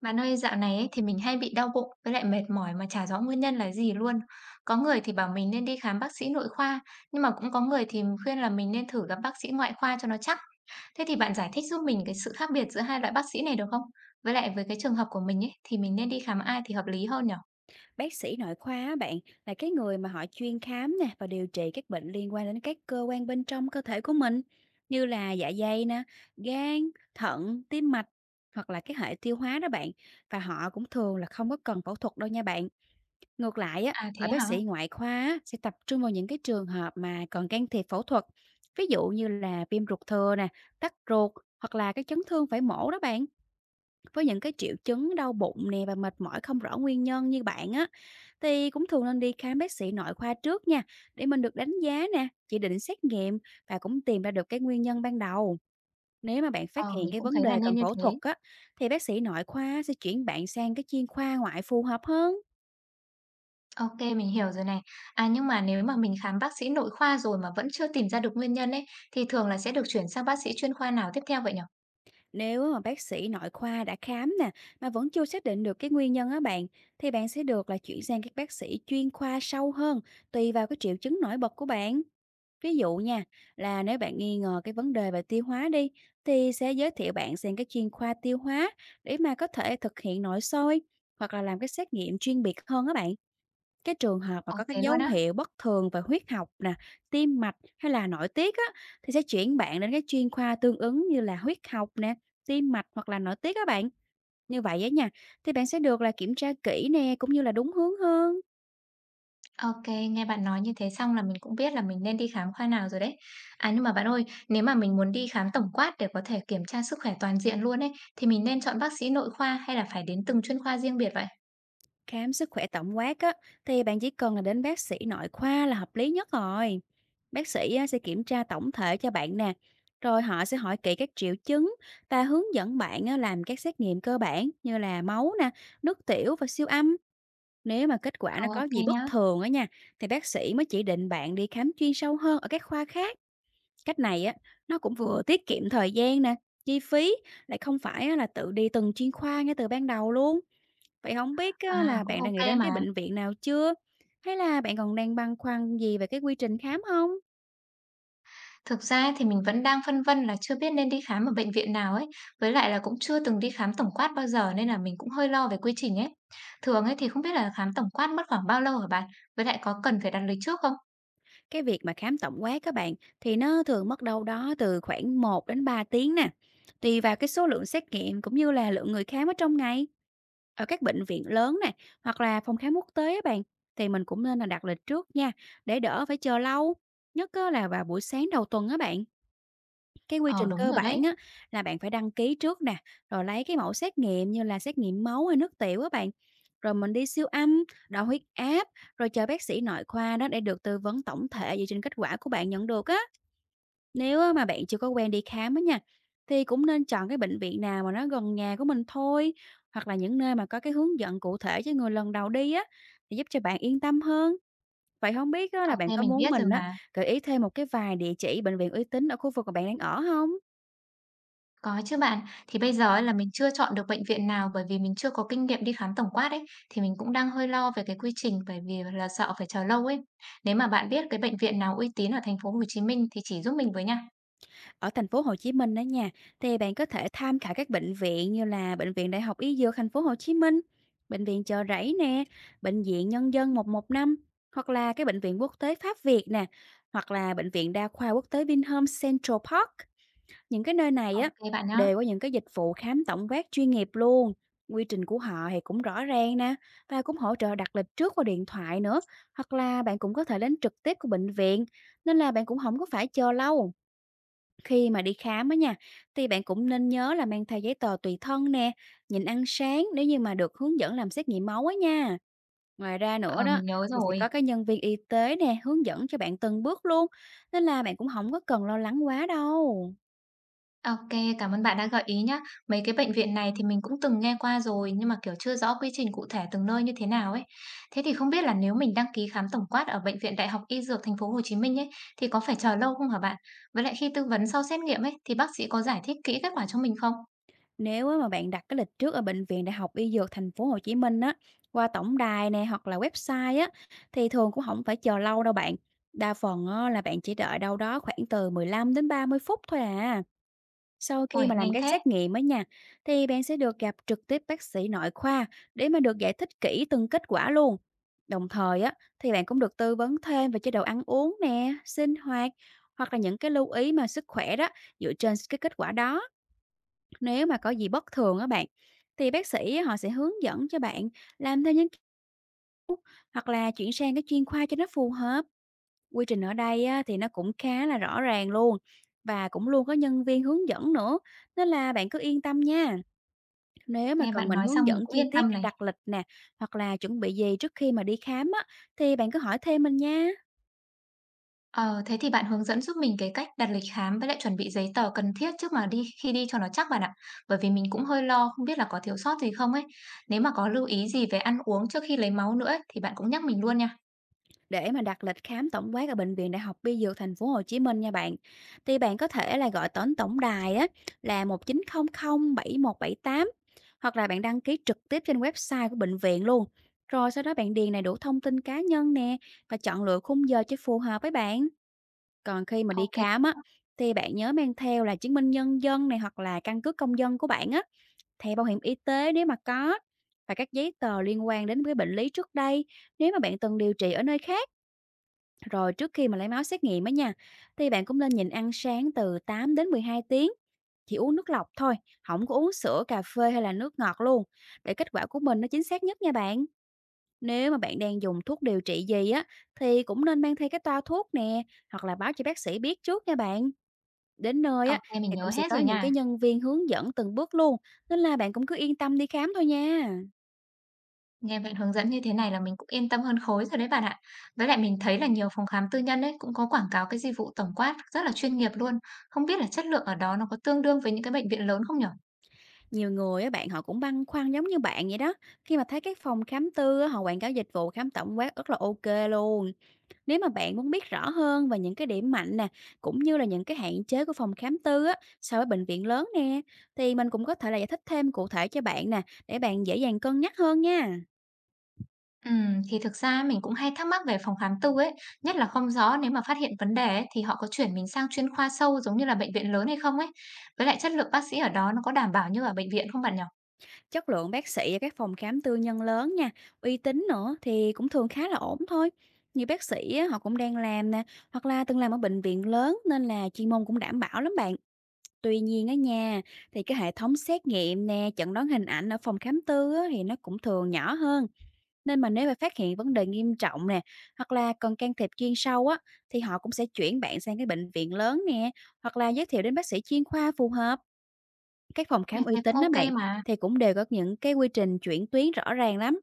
Bạn ơi, dạo này ấy, thì mình hay bị đau bụng với lại mệt mỏi mà chả rõ nguyên nhân là gì luôn. Có người thì bảo mình nên đi khám bác sĩ nội khoa, nhưng mà cũng có người thì khuyên là mình nên thử gặp bác sĩ ngoại khoa cho nó chắc. Thế thì bạn giải thích giúp mình cái sự khác biệt giữa hai loại bác sĩ này được không? Với lại với cái trường hợp của mình ấy, thì mình nên đi khám ai thì hợp lý hơn nhở? Bác sĩ nội khoa á bạn là cái người mà họ chuyên khám nè và điều trị các bệnh liên quan đến các cơ quan bên trong cơ thể của mình, như là dạ dày nè, gan, thận, tim mạch hoặc là cái hệ tiêu hóa đó bạn, và họ cũng thường là không có cần phẫu thuật đâu nha bạn. Ngược lại á, À thế ở bác hả? sĩ ngoại khoa á, sẽ tập trung vào những cái trường hợp mà cần can thiệp phẫu thuật, ví dụ như là viêm ruột thừa nè, tắc ruột hoặc là cái chấn thương phải mổ đó bạn. Với những cái triệu chứng đau bụng nè và mệt mỏi không rõ nguyên nhân như bạn á, thì cũng thường nên đi khám bác sĩ nội khoa trước nha, để mình được đánh giá nè, chỉ định xét nghiệm và cũng tìm ra được cái nguyên nhân ban đầu. Nếu mà bạn phát Ờ, hiện mình cái cũng vấn thấy là đề nên cần như phẫu thuật thế. á, thì bác sĩ nội khoa sẽ chuyển bạn sang cái chuyên khoa ngoại phù hợp hơn. Ok, mình hiểu rồi này. À nhưng mà nếu mà mình khám bác sĩ nội khoa rồi mà vẫn chưa tìm ra được nguyên nhân ấy, thì thường là sẽ được chuyển sang bác sĩ chuyên khoa nào tiếp theo vậy nhở? Nếu mà bác sĩ nội khoa đã khám nè mà vẫn chưa xác định được cái nguyên nhân á bạn, thì bạn sẽ được là chuyển sang các bác sĩ chuyên khoa sâu hơn, tùy vào cái triệu chứng nổi bật của bạn. Ví dụ nha, là nếu bạn nghi ngờ cái vấn đề về tiêu hóa đi, thì sẽ giới thiệu bạn xem cái chuyên khoa tiêu hóa, để mà có thể thực hiện nội soi hoặc là làm cái xét nghiệm chuyên biệt hơn á bạn. Cái trường hợp mà Ờ, có các thế luôn dấu á. hiệu bất thường về huyết học nè, tim mạch hay là nội tiết á, thì sẽ chuyển bạn đến cái chuyên khoa tương ứng như là huyết học nè, tim mạch hoặc là nội tiết các bạn. Như vậy á nha, thì bạn sẽ được là kiểm tra kỹ nè, cũng như là đúng hướng hơn. OK, nghe bạn nói như thế xong là mình cũng biết là mình nên đi khám khoa nào rồi đấy. À, nhưng mà bạn ơi, nếu mà mình muốn đi khám tổng quát để có thể kiểm tra sức khỏe toàn diện luôn ấy, thì mình nên chọn bác sĩ nội khoa hay là phải đến từng chuyên khoa riêng biệt vậy? Khám sức khỏe tổng quát á, thì bạn chỉ cần là đến bác sĩ nội khoa là hợp lý nhất rồi. Bác sĩ á, sẽ kiểm tra tổng thể cho bạn nè, rồi họ sẽ hỏi kỹ các triệu chứng và hướng dẫn bạn á, làm các xét nghiệm cơ bản như là máu nè, nước tiểu và siêu âm. Nếu mà kết quả Ờ, nó có OK gì bất nhá. thường á nha, thì bác sĩ mới chỉ định bạn đi khám chuyên sâu hơn ở các khoa khác. Cách này á, nó cũng vừa tiết kiệm thời gian nè, chi phí, lại không phải á, là tự đi từng chuyên khoa ngay từ ban đầu luôn. Vậy không biết á À, là cũng bạn đã OK nghĩ đến cái mà. bệnh viện nào chưa? Hay là bạn còn đang băn khoăn gì về cái quy trình khám không? Thực ra thì mình vẫn đang phân vân là chưa biết nên đi khám ở bệnh viện nào ấy, với lại là cũng chưa từng đi khám tổng quát bao giờ nên là mình cũng hơi lo về quy trình ấy. Thường ấy thì không biết là khám tổng quát mất khoảng bao lâu hả bạn? Với lại có cần phải đặt lịch trước không? Cái việc mà khám tổng quát các bạn, thì nó thường mất đâu đó từ khoảng 1 đến 3 tiếng nè, tùy vào cái số lượng xét nghiệm cũng như là lượng người khám ở trong ngày. Ở các bệnh viện lớn này hoặc là phòng khám quốc tế á bạn, thì mình cũng nên là đặt lịch trước nha, để đỡ phải chờ lâu, nhất á là vào buổi sáng đầu tuần á bạn. Cái quy Ờ, trình đúng cơ rồi đấy. bản á là bạn phải đăng ký trước nè, rồi lấy cái mẫu xét nghiệm như là xét nghiệm máu hay nước tiểu á bạn. Rồi mình đi siêu âm, đo huyết áp, rồi chờ bác sĩ nội khoa đó để được tư vấn tổng thể dựa trên kết quả của bạn nhận được á. Nếu á mà bạn chưa có quen đi khám á nha, thì cũng nên chọn cái bệnh viện nào mà nó gần nhà của mình thôi, hoặc là những nơi mà có cái hướng dẫn cụ thể cho người lần đầu đi á, thì giúp cho bạn yên tâm hơn. Vậy không biết á là bạn OK, có mình muốn biết rồi mình á mà. gợi ý thêm một cái vài địa chỉ bệnh viện uy tín ở khu vực mà bạn đang ở không? Có chứ bạn, thì bây giờ ấy là mình chưa chọn được bệnh viện nào bởi vì mình chưa có kinh nghiệm đi khám tổng quát ấy, thì mình cũng đang hơi lo về cái quy trình bởi vì là sợ phải chờ lâu ấy. Nếu mà bạn biết cái bệnh viện nào uy tín ở thành phố Hồ Chí Minh thì chỉ giúp mình với nha. Ở thành phố Hồ Chí Minh đó nha, thì bạn có thể tham khảo các bệnh viện như là Bệnh viện Đại học Y Dược thành phố Hồ Chí Minh, Bệnh viện Chợ Rẫy nè, Bệnh viện Nhân dân 115, hoặc là cái bệnh viện quốc tế Pháp Việt nè, hoặc là bệnh viện đa khoa quốc tế Vinhome Central Park. Những cái nơi này á Ok bạn nhá. đều có những cái dịch vụ khám tổng quát chuyên nghiệp luôn. Quy trình của họ thì cũng rõ ràng nè và cũng hỗ trợ đặt lịch trước qua điện thoại nữa, hoặc là bạn cũng có thể đến trực tiếp của bệnh viện, nên là bạn cũng không có phải chờ lâu. Khi mà đi khám á nha, thì bạn cũng nên nhớ là mang theo giấy tờ tùy thân nè, nhịn ăn sáng nếu như mà được hướng dẫn làm xét nghiệm máu á nha. Ngoài ra nữa Ờ đó, mình nhớ thì sẽ rồi. có cái nhân viên y tế nè, hướng dẫn cho bạn từng bước luôn, nên là bạn cũng không có cần lo lắng quá đâu. OK, cảm ơn bạn đã gợi ý nhé. Mấy cái bệnh viện này thì mình cũng từng nghe qua rồi, nhưng mà, kiểu, chưa rõ quy trình cụ thể từng nơi như thế nào ấy. Thế thì không biết là nếu mình đăng ký khám tổng quát ở bệnh viện Đại học Y Dược Thành phố Hồ Chí Minh ấy, thì có phải chờ lâu không hả bạn? Với lại khi tư vấn sau xét nghiệm ấy, thì bác sĩ có giải thích kỹ kết quả cho mình không? Nếu á mà bạn đặt cái lịch trước ở bệnh viện Đại học Y Dược thành phố Hồ Chí Minh á, qua tổng đài nè hoặc là website á, thì thường cũng không phải chờ lâu đâu bạn. Đa phần á, là bạn chỉ đợi đâu đó khoảng từ 15 đến 30 phút thôi à. Sau khi Ôi, mà làm nhanh các thế, xét nghiệm á nha, thì bạn sẽ được gặp trực tiếp bác sĩ nội khoa, để mà được giải thích kỹ từng kết quả luôn. Đồng thời á, thì bạn cũng được tư vấn thêm về chế độ ăn uống nè, sinh hoạt hoặc là những cái lưu ý mà sức khỏe đó dựa trên cái kết quả đó. Nếu mà có gì bất thường á bạn, thì bác sĩ họ sẽ hướng dẫn cho bạn làm theo những hoặc là chuyển sang cái chuyên khoa cho nó phù hợp. Quy trình ở đây á, thì nó cũng khá là rõ ràng luôn và cũng luôn có nhân viên hướng dẫn nữa, nên là bạn cứ yên tâm nha. Nếu mà nghe cần bạn mình nói hướng xong mình dẫn cũng chi yên tiết tâm cách này. đặt lịch nè, hoặc là chuẩn bị gì trước khi mà đi khám á, thì bạn cứ hỏi thêm mình nha. Ờ, thế thì bạn hướng dẫn giúp mình cái cách đặt lịch khám với lại chuẩn bị giấy tờ cần thiết trước mà đi khi đi cho nó chắc bạn ạ. Bởi vì mình cũng hơi lo không biết là có thiếu sót gì không ấy. Nếu mà có lưu ý gì về ăn uống trước khi lấy máu nữa ấy, thì bạn cũng nhắc mình luôn nha. Để mà đặt lịch khám tổng quát ở bệnh viện Đại học Y Dược Thành phố Hồ Chí Minh nha bạn, thì bạn có thể là gọi tổng tổng đài á là 1900 7178, hoặc là bạn đăng ký trực tiếp trên website của bệnh viện luôn. Rồi sau đó bạn điền đầy đủ thông tin cá nhân nè và chọn lựa khung giờ cho phù hợp với bạn. Còn khi mà đi Ok, khám á, thì bạn nhớ mang theo là chứng minh nhân dân này hoặc là căn cước công dân của bạn á, thẻ bảo hiểm y tế nếu mà có và các giấy tờ liên quan đến cái bệnh lý trước đây nếu mà bạn từng điều trị ở nơi khác. Rồi trước khi mà lấy máu xét nghiệm á nha, thì bạn cũng nên nhịn ăn sáng từ 8 đến 12 tiếng. Chỉ uống nước lọc thôi, không có uống sữa, cà phê hay là nước ngọt luôn, để kết quả của mình nó chính xác nhất nha bạn. Nếu mà bạn đang dùng thuốc điều trị gì á, thì cũng nên mang theo cái toa thuốc nè, hoặc là báo cho bác sĩ biết trước nha bạn. Đến nơi á, ok, mình thì nhớ cũng sẽ hết có rồi những nha. cái nhân viên hướng dẫn từng bước luôn, nên là bạn cũng cứ yên tâm đi khám thôi nha. Nghe bạn hướng dẫn như thế này là mình cũng yên tâm hơn khối rồi đấy bạn ạ. Với lại mình thấy là nhiều phòng khám tư nhân ấy cũng có quảng cáo cái dịch vụ tổng quát rất là chuyên nghiệp luôn. Không biết là chất lượng ở đó nó có tương đương với những cái bệnh viện lớn không nhỉ? Nhiều người á bạn, họ cũng băn khoăn giống như bạn vậy đó. Khi mà thấy các phòng khám tư á, họ quảng cáo dịch vụ khám tổng quát rất là ok luôn. Nếu mà bạn muốn biết rõ hơn về những cái điểm mạnh nè, cũng như là những cái hạn chế của phòng khám tư á, so với bệnh viện lớn nè, thì mình cũng có thể là giải thích thêm cụ thể cho bạn nè, để bạn dễ dàng cân nhắc hơn nha. Thì thực ra mình cũng hay thắc mắc về phòng khám tư ấy, nhất là không rõ nếu mà phát hiện vấn đề ấy, thì họ có chuyển mình sang chuyên khoa sâu giống như là bệnh viện lớn hay không ấy. Với lại chất lượng bác sĩ ở đó nó có đảm bảo như ở bệnh viện không bạn nhỉ? Chất lượng bác sĩ ở các phòng khám tư nhân lớn nha, uy tín nữa, thì cũng thường khá là ổn thôi. Nhiều bác sĩ á, họ cũng đang làm nè, hoặc là từng làm ở bệnh viện lớn nên là chuyên môn cũng đảm bảo lắm bạn. Tuy nhiên á nha, thì cái hệ thống xét nghiệm nè, chẩn đoán hình ảnh ở phòng khám tư á, thì nó cũng thường nhỏ hơn. Nên mà nếu mà phát hiện vấn đề nghiêm trọng nè, hoặc là cần can thiệp chuyên sâu á, thì họ cũng sẽ chuyển bạn sang cái bệnh viện lớn nè, hoặc là giới thiệu đến bác sĩ chuyên khoa phù hợp. Các phòng Nếu khám uy thế cũng tín đó ok bạn, mà. thì cũng đều có những cái quy trình chuyển tuyến rõ ràng lắm.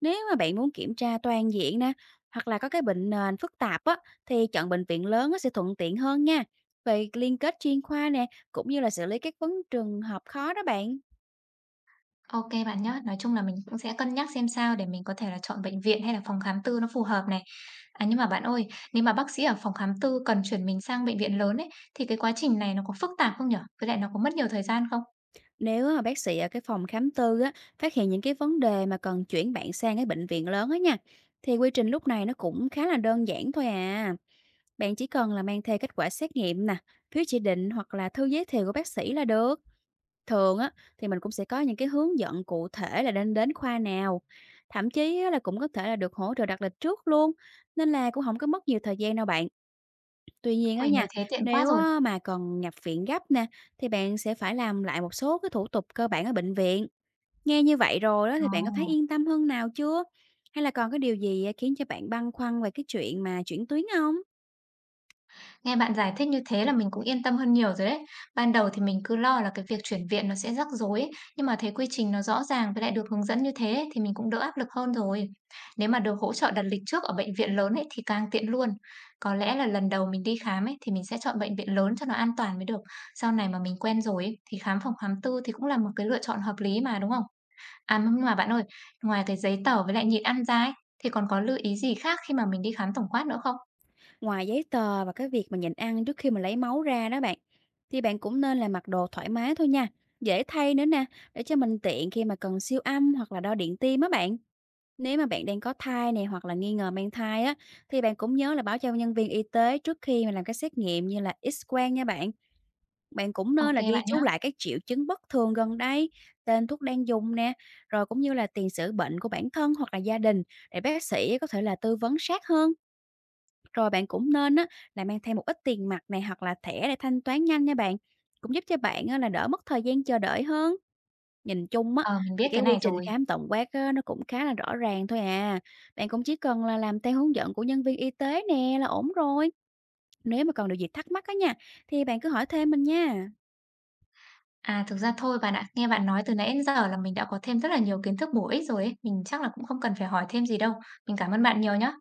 Nếu mà bạn muốn kiểm tra toàn diện nè, hoặc là có cái bệnh nền phức tạp á, thì chọn bệnh viện lớn á, sẽ thuận tiện hơn nha. Về liên kết chuyên khoa nè, cũng như là xử lý các vấn trường hợp khó đó bạn. Ok bạn nhé, nói chung là mình cũng sẽ cân nhắc xem sao để mình có thể là chọn bệnh viện hay là phòng khám tư nó phù hợp này. À nhưng mà bạn ơi, nếu mà bác sĩ ở phòng khám tư cần chuyển mình sang bệnh viện lớn ấy, thì cái quá trình này nó có phức tạp không nhỉ? Với lại nó có mất nhiều thời gian không? Nếu mà bác sĩ ở cái phòng khám tư á, phát hiện những cái vấn đề mà cần chuyển bạn sang cái bệnh viện lớn á nha, thì quy trình lúc này nó cũng khá là đơn giản thôi à. Bạn chỉ cần là mang theo kết quả xét nghiệm nè, phiếu chỉ định hoặc là thư giới thiệu của bác sĩ là được. Thường á, thì mình cũng sẽ có những cái hướng dẫn cụ thể là nên đến khoa nào, thậm chí á là cũng có thể là được hỗ trợ đặt lịch trước luôn, nên là cũng không có mất nhiều thời gian đâu bạn. Tuy nhiên á Ôi, nếu nha, thế tiện quá nếu rồi. á mà cần nhập viện gấp nè, thì bạn sẽ phải làm lại một số cái thủ tục cơ bản ở bệnh viện. Nghe như vậy rồi đó, Ờ. thì bạn có thấy yên tâm hơn nào chưa? Hay là còn cái điều gì, khiến cho bạn băn khoăn về cái chuyện mà chuyển tuyến không? Nghe bạn giải thích như thế là mình cũng yên tâm hơn nhiều rồi đấy. Ban đầu thì mình cứ lo là cái việc chuyển viện nó sẽ rắc rối ấy, nhưng mà thấy quy trình nó rõ ràng với lại được hướng dẫn như thế ấy, thì mình cũng đỡ áp lực hơn rồi. Nếu mà được hỗ trợ đặt lịch trước ở bệnh viện lớn ấy thì càng tiện luôn. Có lẽ là lần đầu mình đi khám ấy thì mình sẽ chọn bệnh viện lớn cho nó an toàn mới được. Sau này mà mình quen rồi ấy, thì khám phòng khám tư thì cũng là một cái lựa chọn hợp lý mà đúng không? À nhưng mà bạn ơi, ngoài cái giấy tờ với lại nhịn ăn ra ấy, thì còn có lưu ý gì khác khi mà mình đi khám tổng quát nữa không? Ngoài giấy tờ và cái việc mà nhịn ăn trước khi mà lấy máu ra đó bạn, thì bạn cũng nên là mặc đồ thoải mái thôi nha, dễ thay nữa nè, để cho mình tiện khi mà cần siêu âm hoặc là đo điện tim á bạn. Nếu mà bạn đang có thai này hoặc là nghi ngờ mang thai á, thì bạn cũng nhớ là báo cho nhân viên y tế trước khi mà làm các xét nghiệm như là X-quang nha bạn. Bạn cũng nên Ok là ghi bạn nhá. chú lại các triệu chứng bất thường gần đây, tên thuốc đang dùng nè, rồi cũng như là tiền sử bệnh của bản thân hoặc là gia đình, để bác sĩ có thể là tư vấn sát hơn. Rồi bạn cũng nên á là mang theo một ít tiền mặt này hoặc là thẻ để thanh toán nhanh nha bạn, cũng giúp cho bạn á là đỡ mất thời gian chờ đợi hơn. Nhìn chung á, Ờ, mình thì biết cái cái quy này trình rồi. khám tổng quát á, nó cũng khá là rõ ràng thôi à. Bạn cũng chỉ cần là làm theo hướng dẫn của nhân viên y tế nè là ổn rồi. Nếu mà còn điều gì thắc mắc á nha, thì bạn cứ hỏi thêm mình nha. À, thực ra thôi bạn ạ, nghe bạn nói từ nãy đến giờ là mình đã có thêm rất là nhiều kiến thức bổ ích rồi ấy, mình chắc là cũng không cần phải hỏi thêm gì đâu. Mình cảm ơn bạn nhiều nhá.